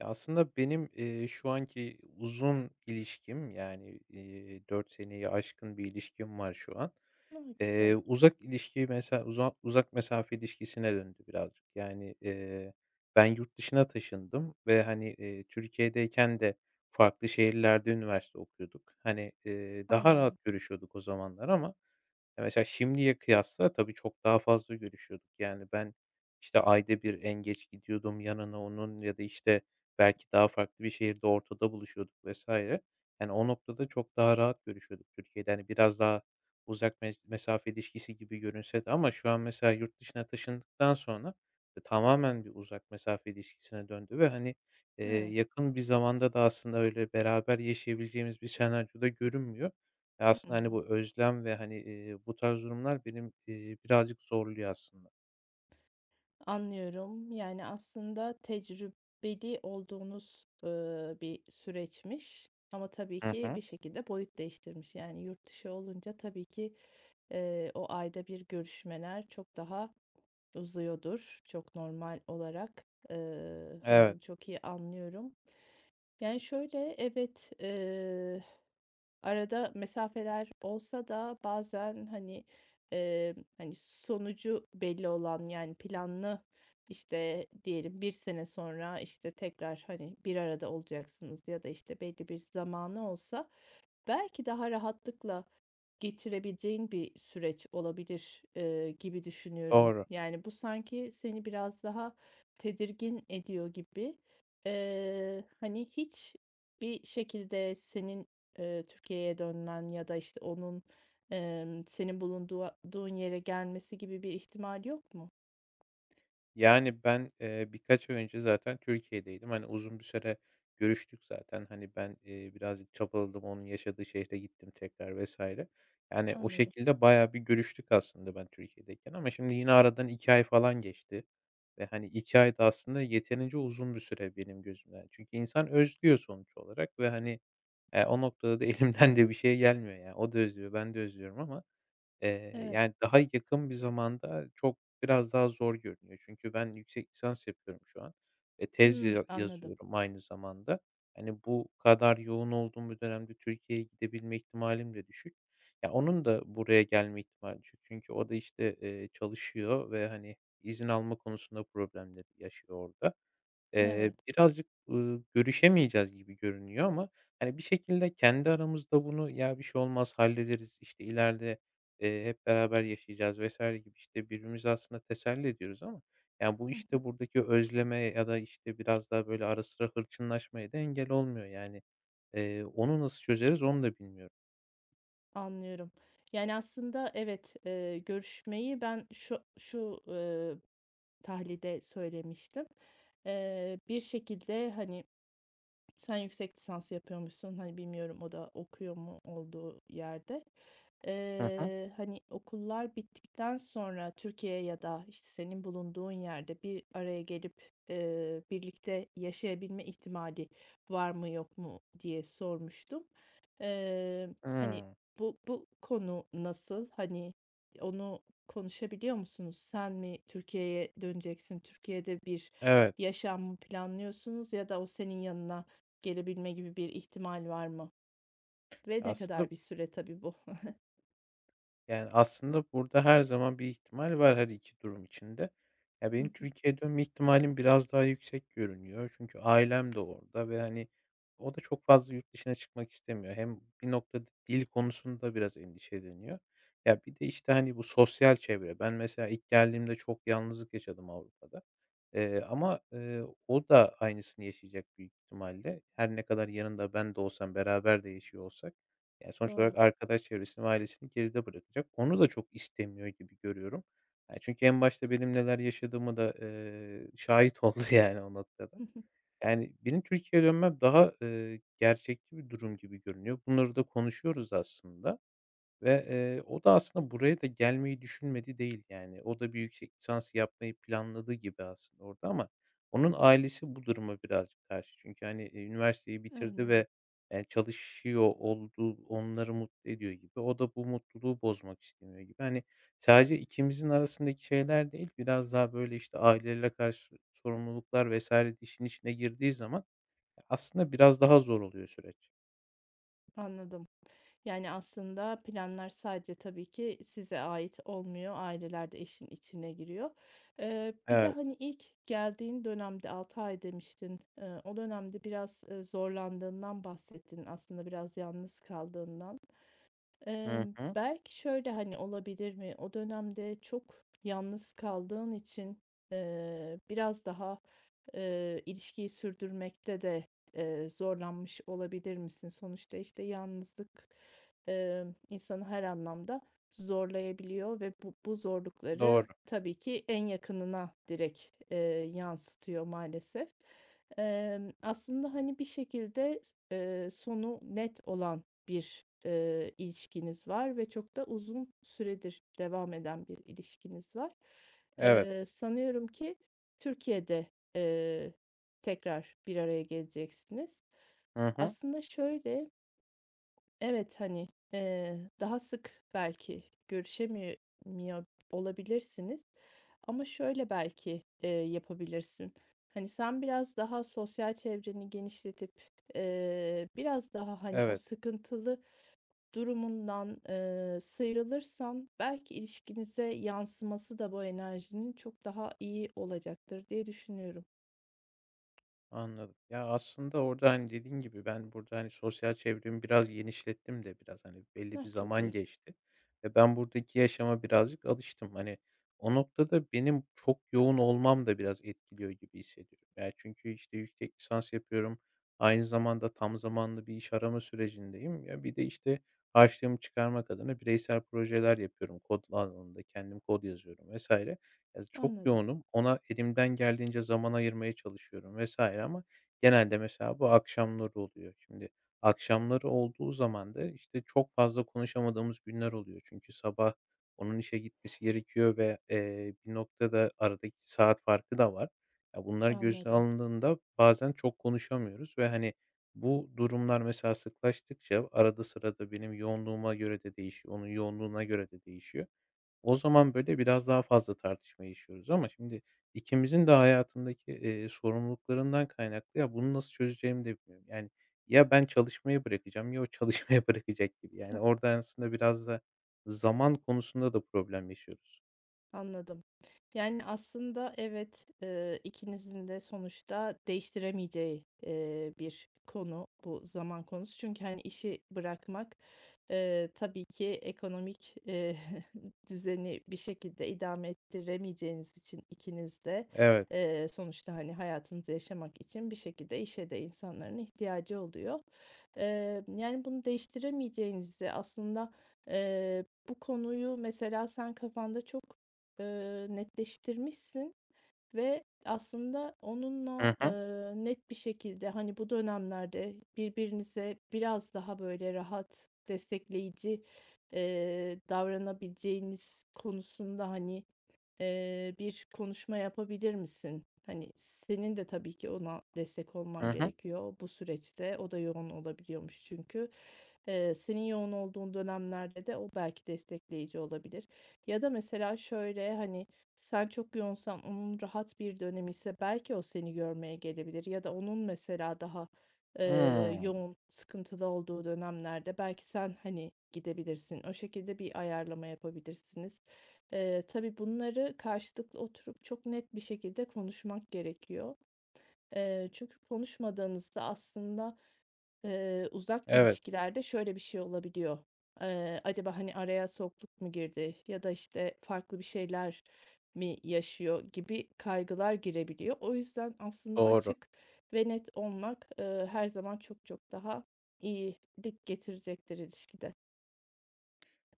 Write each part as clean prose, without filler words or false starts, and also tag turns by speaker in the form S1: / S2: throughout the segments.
S1: Ya, aslında benim, şu anki uzun ilişkim, yani, 4 seneyi aşkın bir ilişkim var şu an.
S2: A, güzel.
S1: Uzak ilişki mesela uzak mesafe ilişkisine döndü birazcık. Yani, ben yurt dışına taşındım ve, hani, Türkiye'deyken de farklı şehirlerde üniversite okuyorduk. Hani, daha
S2: Anladım.
S1: rahat görüşüyorduk o zamanlar ama ya, mesela şimdiye kıyasla tabii çok daha fazla görüşüyorduk. Yani, ben, işte, ayda bir en geç gidiyordum yanına onun ya da, işte, belki daha farklı bir şehirde ortada buluşuyorduk vesaire. Yani, o noktada çok daha rahat görüşüyorduk Türkiye'de. Hani, biraz daha uzak mes mesafe ilişkisi gibi görünse de ama şu an mesela yurt dışına taşındıktan sonra, tamamen bir uzak mesafe ilişkisine döndü ve, hani,
S2: Evet.
S1: yakın bir zamanda da aslında öyle beraber yaşayabileceğimiz bir senaryo görünmüyor. Aslında, hani,
S2: Hımm.
S1: bu özlem ve, hani, bu tarz durumlar benim, birazcık zorluyor aslında.
S2: Anlıyorum. Yani, aslında tecrübeli olduğunuz, bir süreçmiş ama tabii
S1: Hı
S2: ki
S1: hı.
S2: bir şekilde boyut değiştirmiş. Yani, yurt dışı olunca tabii ki, o ayda bir görüşmeler çok daha uzuyordur çok normal olarak. Hani,
S1: Evet,
S2: bunu çok iyi anlıyorum. Yani, şöyle, evet, arada mesafeler olsa da bazen, hani, sonucu belli olan, yani, planlı, işte, diyelim bir sene sonra, işte, tekrar, hani, bir arada olacaksınız ya da, işte, belli bir zamanı olsa belki daha rahatlıkla geçirebileceğin bir süreç olabilir, gibi düşünüyorum.
S1: doğru.
S2: Yani, bu sanki seni biraz daha tedirgin ediyor gibi. Hani, hiç bir şekilde senin, Türkiye'ye dönmen ya da, işte, onun, senin bulunduğuduğun yere gelmesi gibi bir ihtimal yok mu?
S1: Yani, ben, birkaç ay önce zaten Türkiye'deydim. Hani, uzun bir süre görüştük zaten. Hani, ben, birazcık çabaladım, onun yaşadığı şehre gittim tekrar vesaire. Yani, o
S2: Anladım.
S1: şekilde bayağı bir görüştük aslında ben Türkiye'deyken ama şimdi yine aradan 2 ay falan geçti ve, hani, 2 ay da aslında yeterince uzun bir süre benim gözümden. Çünkü insan özlüyor sonuç olarak ve, hani, o noktada da elimden de bir şey gelmiyor yani. O da özlüyor, ben de özlüyorum ama,
S2: Evet.
S1: yani, daha yakın bir zamanda çok biraz daha zor görünüyor. Çünkü ben yüksek lisans yapıyorum şu an. Ve tez
S2: Hımm,
S1: ya
S2: anladım.
S1: yazıyorum aynı zamanda. Hani, bu kadar yoğun olduğum bir dönemde Türkiye'ye gidebilme ihtimalim de düşük. Ya, onun da buraya gelme ihtimali düşük. Çünkü o da, işte, çalışıyor ve, hani, izin alma konusunda problemleri yaşıyor orada.
S2: Evet.
S1: Birazcık, görüşemeyeceğiz gibi görünüyor ama, hani, bir şekilde kendi aramızda bunu, "Ya, bir şey olmaz, hallederiz, işte, ileride, hep beraber yaşayacağız." vs. gibi, işte, birbirimizi aslında teselli ediyoruz ama, ya, bu,
S2: Hı.
S1: işte, buradaki özleme ya da, işte, biraz daha, böyle, ara sıra hırçınlaşmaya da engel olmuyor. Yani, onu nasıl çözeriz onu da bilmiyorum.
S2: Anlıyorum. Yani, aslında evet, görüşmeyi ben şu, tahlilde söylemiştim. Bir şekilde, hani, sen yüksek lisans yapıyormuşsun. Hani, bilmiyorum o da okuyor mu olduğu yerde.
S1: Hı hı.
S2: Hani, okullar bittikten sonra Türkiye ya da işte senin bulunduğun yerde bir araya gelip birlikte yaşayabilme ihtimali var mı yok mu diye sormuştum. Eee, Hani,
S1: Hımm.
S2: bu konu nasıl? Hani, onu konuşabiliyor musunuz? Sen mi Türkiye'ye döneceksin? Türkiye'de bir
S1: Evet.
S2: yaşam mı planlıyorsunuz ya da o senin yanına gelebilme gibi bir ihtimal var mı? Ve ne
S1: Aslında
S2: kadar bir süre tabii bu?
S1: Yani, aslında burada her zaman bir ihtimal var her 2 durum içinde. Ya, benim Türkiye'ye dönme ihtimalim biraz daha yüksek görünüyor. Çünkü ailem de orada ve, hani, o da çok fazla yurt dışına çıkmak istemiyor. Hem bir noktada dil konusunda biraz endişeleniyor. Ya, bir de, işte, hani, bu sosyal çevre. Ben mesela ilk geldiğimde çok yalnızlık yaşadım Avrupa'da. Ama, o da aynısını yaşayacak büyük ihtimalle. Her ne kadar yanında ben de olsam, beraber de yaşıyor olsak. Yani, sonuç
S2: Doğru.
S1: olarak arkadaş çevresini ve ailesini geride bırakacak. Onu da çok istemiyor gibi görüyorum. Yani, çünkü en başta benim neler yaşadığımı da, şahit oldu yani o noktada. Yani, benim Türkiye'ye dönmem daha, gerçekçi bir durum gibi görünüyor. Bunları da konuşuyoruz aslında. Ve, o da aslında buraya da gelmeyi düşünmedi değil yani. O da bir yüksek lisans yapmayı planladığı gibi aslında orada ama onun ailesi bu duruma birazcık karşı. Çünkü, hani, üniversiteyi bitirdi
S2: Anladım,
S1: ve, çalışıyor olduğu onları mutlu ediyor gibi. O da bu mutluluğu bozmak istemiyor gibi. Hani, sadece ikimizin arasındaki şeyler değil, biraz daha, böyle, işte, aileyle karşı sorumluluklar vesaire de işin içine girdiği zaman aslında biraz daha zor oluyor süreç.
S2: anladım. Yani, aslında planlar sadece tabii ki size ait olmuyor, aileler de işin içine giriyor. Bir de,
S1: Evet.
S2: hani, ilk geldiğin dönemde 6 ay demiştin. O dönemde biraz, zorlandığından bahsettin, aslında biraz yalnız kaldığından.
S1: Hı hı.
S2: Belki şöyle, hani, olabilir mi? O dönemde çok yalnız kaldığın için, biraz daha, ilişkiyi sürdürmekte de, zorlanmış olabilir misin? Sonuçta, işte, yalnızlık, insanı her anlamda zorlayabiliyor ve bu
S1: Doğru.
S2: zorlukları tabii ki en yakınına direkt, eee, yansıtıyor maalesef. Aslında, hani, bir şekilde, sonu net olan bir, ilişkiniz var ve çok da uzun süredir devam eden bir ilişkiniz var.
S1: Evet.
S2: Sanıyorum ki Türkiye'de, eee, tekrar bir araya geleceksiniz.
S1: Hı hı.
S2: Aslında şöyle, evet, hani, daha sık belki görüşemiyor olabilirsiniz ama şöyle belki, yapabilirsin. Hani, sen biraz daha sosyal çevreni genişletip, biraz daha, hani, o
S1: Evet.
S2: sıkıntılı durumundan, sıyrılırsan belki ilişkinize yansıması da bu enerjinin çok daha iyi olacaktır diye düşünüyorum.
S1: Anladım. Ya, aslında orada, hani, dediğin gibi ben burada, hani, sosyal çevremi biraz genişlettim de biraz, hani, belli bir
S2: Hah, çok
S1: zaman
S2: iyi.
S1: geçti ve ben buradaki yaşama birazcık alıştım. Hani, o noktada benim çok yoğun olmam da biraz etkiliyor gibi hissediyorum. Ya, çünkü, işte, yüksek lisans yapıyorum. Aynı zamanda tam zamanlı bir iş arama sürecindeyim. Ya, bir de, işte, harçlığımı çıkarmak adına bireysel projeler yapıyorum. Kod alanında kendim kod yazıyorum vesaire. Ya, çok
S2: Anladım,
S1: yoğunum. Ona elimden geldiğince zaman ayırmaya çalışıyorum vesaire ama genelde mesela bu akşamları oluyor. Şimdi akşamları olduğu zaman da, işte, çok fazla konuşamadığımız günler oluyor. Çünkü sabah onun işe gitmesi gerekiyor ve, bir noktada aradaki saat farkı da var. Ya, bunlar göze
S2: anladım.
S1: alındığında bazen çok konuşamıyoruz ve, hani, bu durumlar mesela sıklaştıkça arada sırada benim yoğunluğuma göre de değişiyor, onun yoğunluğuna göre de değişiyor. O zaman, böyle, biraz daha fazla tartışma yaşıyoruz ama şimdi ikimizin de hayatındaki, sorumluluklarından kaynaklı, ya, bunu nasıl çözeceğimi de bilmiyorum. Yani, ya ben çalışmayı bırakacağım ya o çalışmaya bırakacak gibi. Yani, orada aslında biraz da zaman konusunda da problem yaşıyoruz.
S2: Anladım. Yani, aslında evet, ikinizin de sonuçta değiştiremeyeceği, bir konu bu zaman konusu. Çünkü, hani, işi bırakmak, tabii ki ekonomik, düzeni bir şekilde idame ettiremeyeceğiniz için ikiniz de,
S1: Evet.
S2: sonuçta, hani, hayatınızı yaşamak için bir şekilde işe de insanların ihtiyacı oluyor. Yani, bunu değiştiremeyeceğinizi aslında, bu konuyu mesela sen kafanda çok netleştirmişsin ve aslında
S1: Hı
S2: onunla,
S1: hı.
S2: net bir şekilde, hani, bu dönemlerde birbirinize biraz daha böyle rahat, destekleyici, davranabileceğiniz konusunda, hani, bir konuşma yapabilir misin? Hani, senin de tabii ki ona destek
S1: Hı
S2: olman
S1: hı.
S2: gerekiyor bu süreçte. O da yoğun olabiliyormuş çünkü. Senin yoğun olduğun dönemlerde de o belki destekleyici olabilir. Ya da mesela şöyle, hani, sen çok yoğunsan, onun rahat bir dönemi ise belki o seni görmeye gelebilir ya da onun mesela daha,
S1: Hımm.
S2: yoğun, sıkıntılı olduğu dönemlerde belki sen, hani, gidebilirsin. O şekilde bir ayarlama yapabilirsiniz. Tabii bunları karşılıklı oturup çok net bir şekilde konuşmak gerekiyor. Çünkü konuşmadığınızda aslında uzak
S1: Evet,
S2: ilişkilerde şöyle bir şey olabiliyor. Acaba, hani, araya soğukluk mu girdi ya da, işte, farklı bir şeyler mi yaşıyor gibi kaygılar girebiliyor. O yüzden aslında
S1: doğru.
S2: açık ve net olmak, her zaman çok çok daha iyilik getirecektir ilişkide.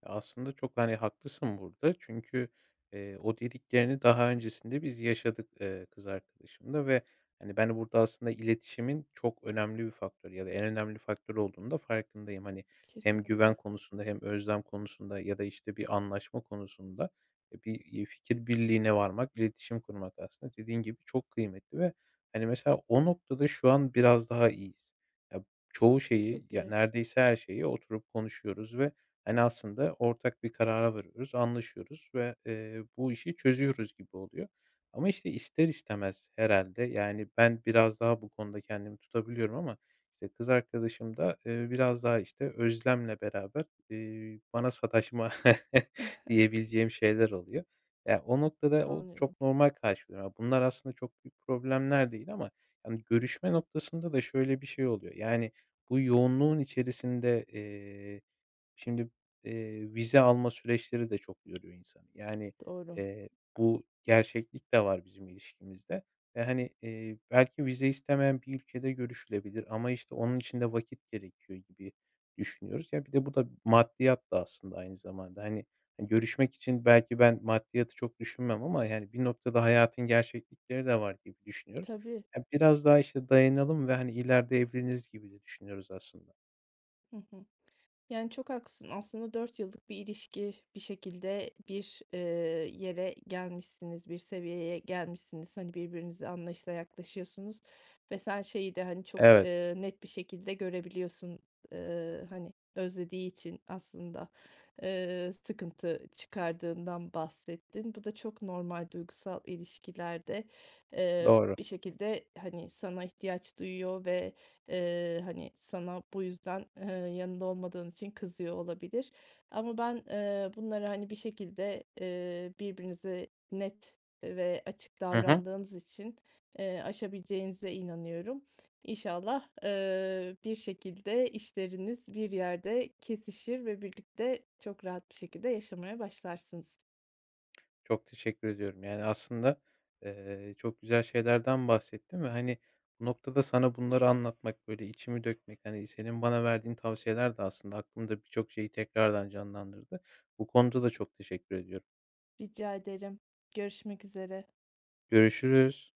S1: Aslında çok, hani, haklısın burada çünkü, o dediklerini daha öncesinde biz yaşadık, kız arkadaşımla ve, hani, ben burada aslında iletişimin çok önemli bir faktör ya da en önemli faktör olduğunu da farkındayım. Hani, hem güven
S2: Kesinlikle.
S1: konusunda hem özlem konusunda ya da, işte, bir anlaşma konusunda, bir, fikir birliğine varmak, iletişim kurmak aslında dediğin gibi çok kıymetli ve, hani, mesela o noktada şu an biraz daha iyiyiz. Ya, çoğu şeyi,
S2: Çok
S1: ya,
S2: iyi.
S1: neredeyse her şeyi oturup konuşuyoruz ve hani, aslında ortak bir karara varıyoruz, anlaşıyoruz ve, bu işi çözüyoruz gibi oluyor. Ama, işte, ister istemez herhalde yani, ben biraz daha bu konuda kendimi tutabiliyorum ama, işte, kız arkadaşım da, biraz daha, işte, özlemle beraber, bana sataşma diyebileceğim şeyler oluyor. Ya, o noktada o
S2: Anlıyorum.
S1: çok normal karşılıyorum. Ya, bunlar aslında çok büyük problemler değil ama, yani, görüşme noktasında da şöyle bir şey oluyor. Yani, bu yoğunluğun içerisinde, şimdi, vize alma süreçleri de çok yoruyor insanı. Yani,
S2: Doğru.
S1: eee, bu gerçeklik de var bizim ilişkimizde ve, hani, belki vize istemeyen bir ülkede görüşülebilir ama, işte, onun için de vakit gerekiyor gibi düşünüyoruz. Ya, bir de bu da maddiyat da aslında aynı zamanda. Hani, görüşmek için belki ben maddiyatı çok düşünmem ama, yani, bir noktada hayatın gerçeklikleri de var gibi düşünüyoruz.
S2: Tabii.
S1: Ya, biraz daha, işte, dayanalım ve, hani, ileride evleniriz gibi de düşünüyoruz aslında.
S2: Hı hı. Yani, çok haklısın. Aslında 4 yıllık bir ilişki, bir şekilde bir, yere gelmişsiniz, bir seviyeye gelmişsiniz. Hani, birbirinize anlayışla yaklaşıyorsunuz ve sen şeyi de, hani, çok,
S1: Evet,
S2: net bir şekilde görebiliyorsun. Hani, özlediği için aslında, sıkıntı çıkardığından bahsettin. Bu da çok normal duygusal ilişkilerde. Eee,
S1: doğru.
S2: Bir şekilde, hani, sana ihtiyaç duyuyor ve hani, sana bu yüzden, yanında olmadığın için kızıyor olabilir. Ama ben, bunları, hani, bir şekilde, birbirinize net ve açık
S1: Hı hı.
S2: davrandığınız için, aşabileceğinize inanıyorum. İnşallah, bir şekilde işleriniz bir yerde kesişir ve birlikte çok rahat bir şekilde yaşamaya başlarsınız.
S1: Çok teşekkür ediyorum. Yani, aslında, çok güzel şeylerden bahsettin ve, hani, bu noktada sana bunları anlatmak, böyle, içimi dökmek, hani, senin bana verdiğin tavsiyeler de aslında aklımda birçok şeyi tekrardan canlandırdı. Bu konuda da çok teşekkür ediyorum.
S2: Rica ederim. Görüşmek üzere.
S1: Görüşürüz.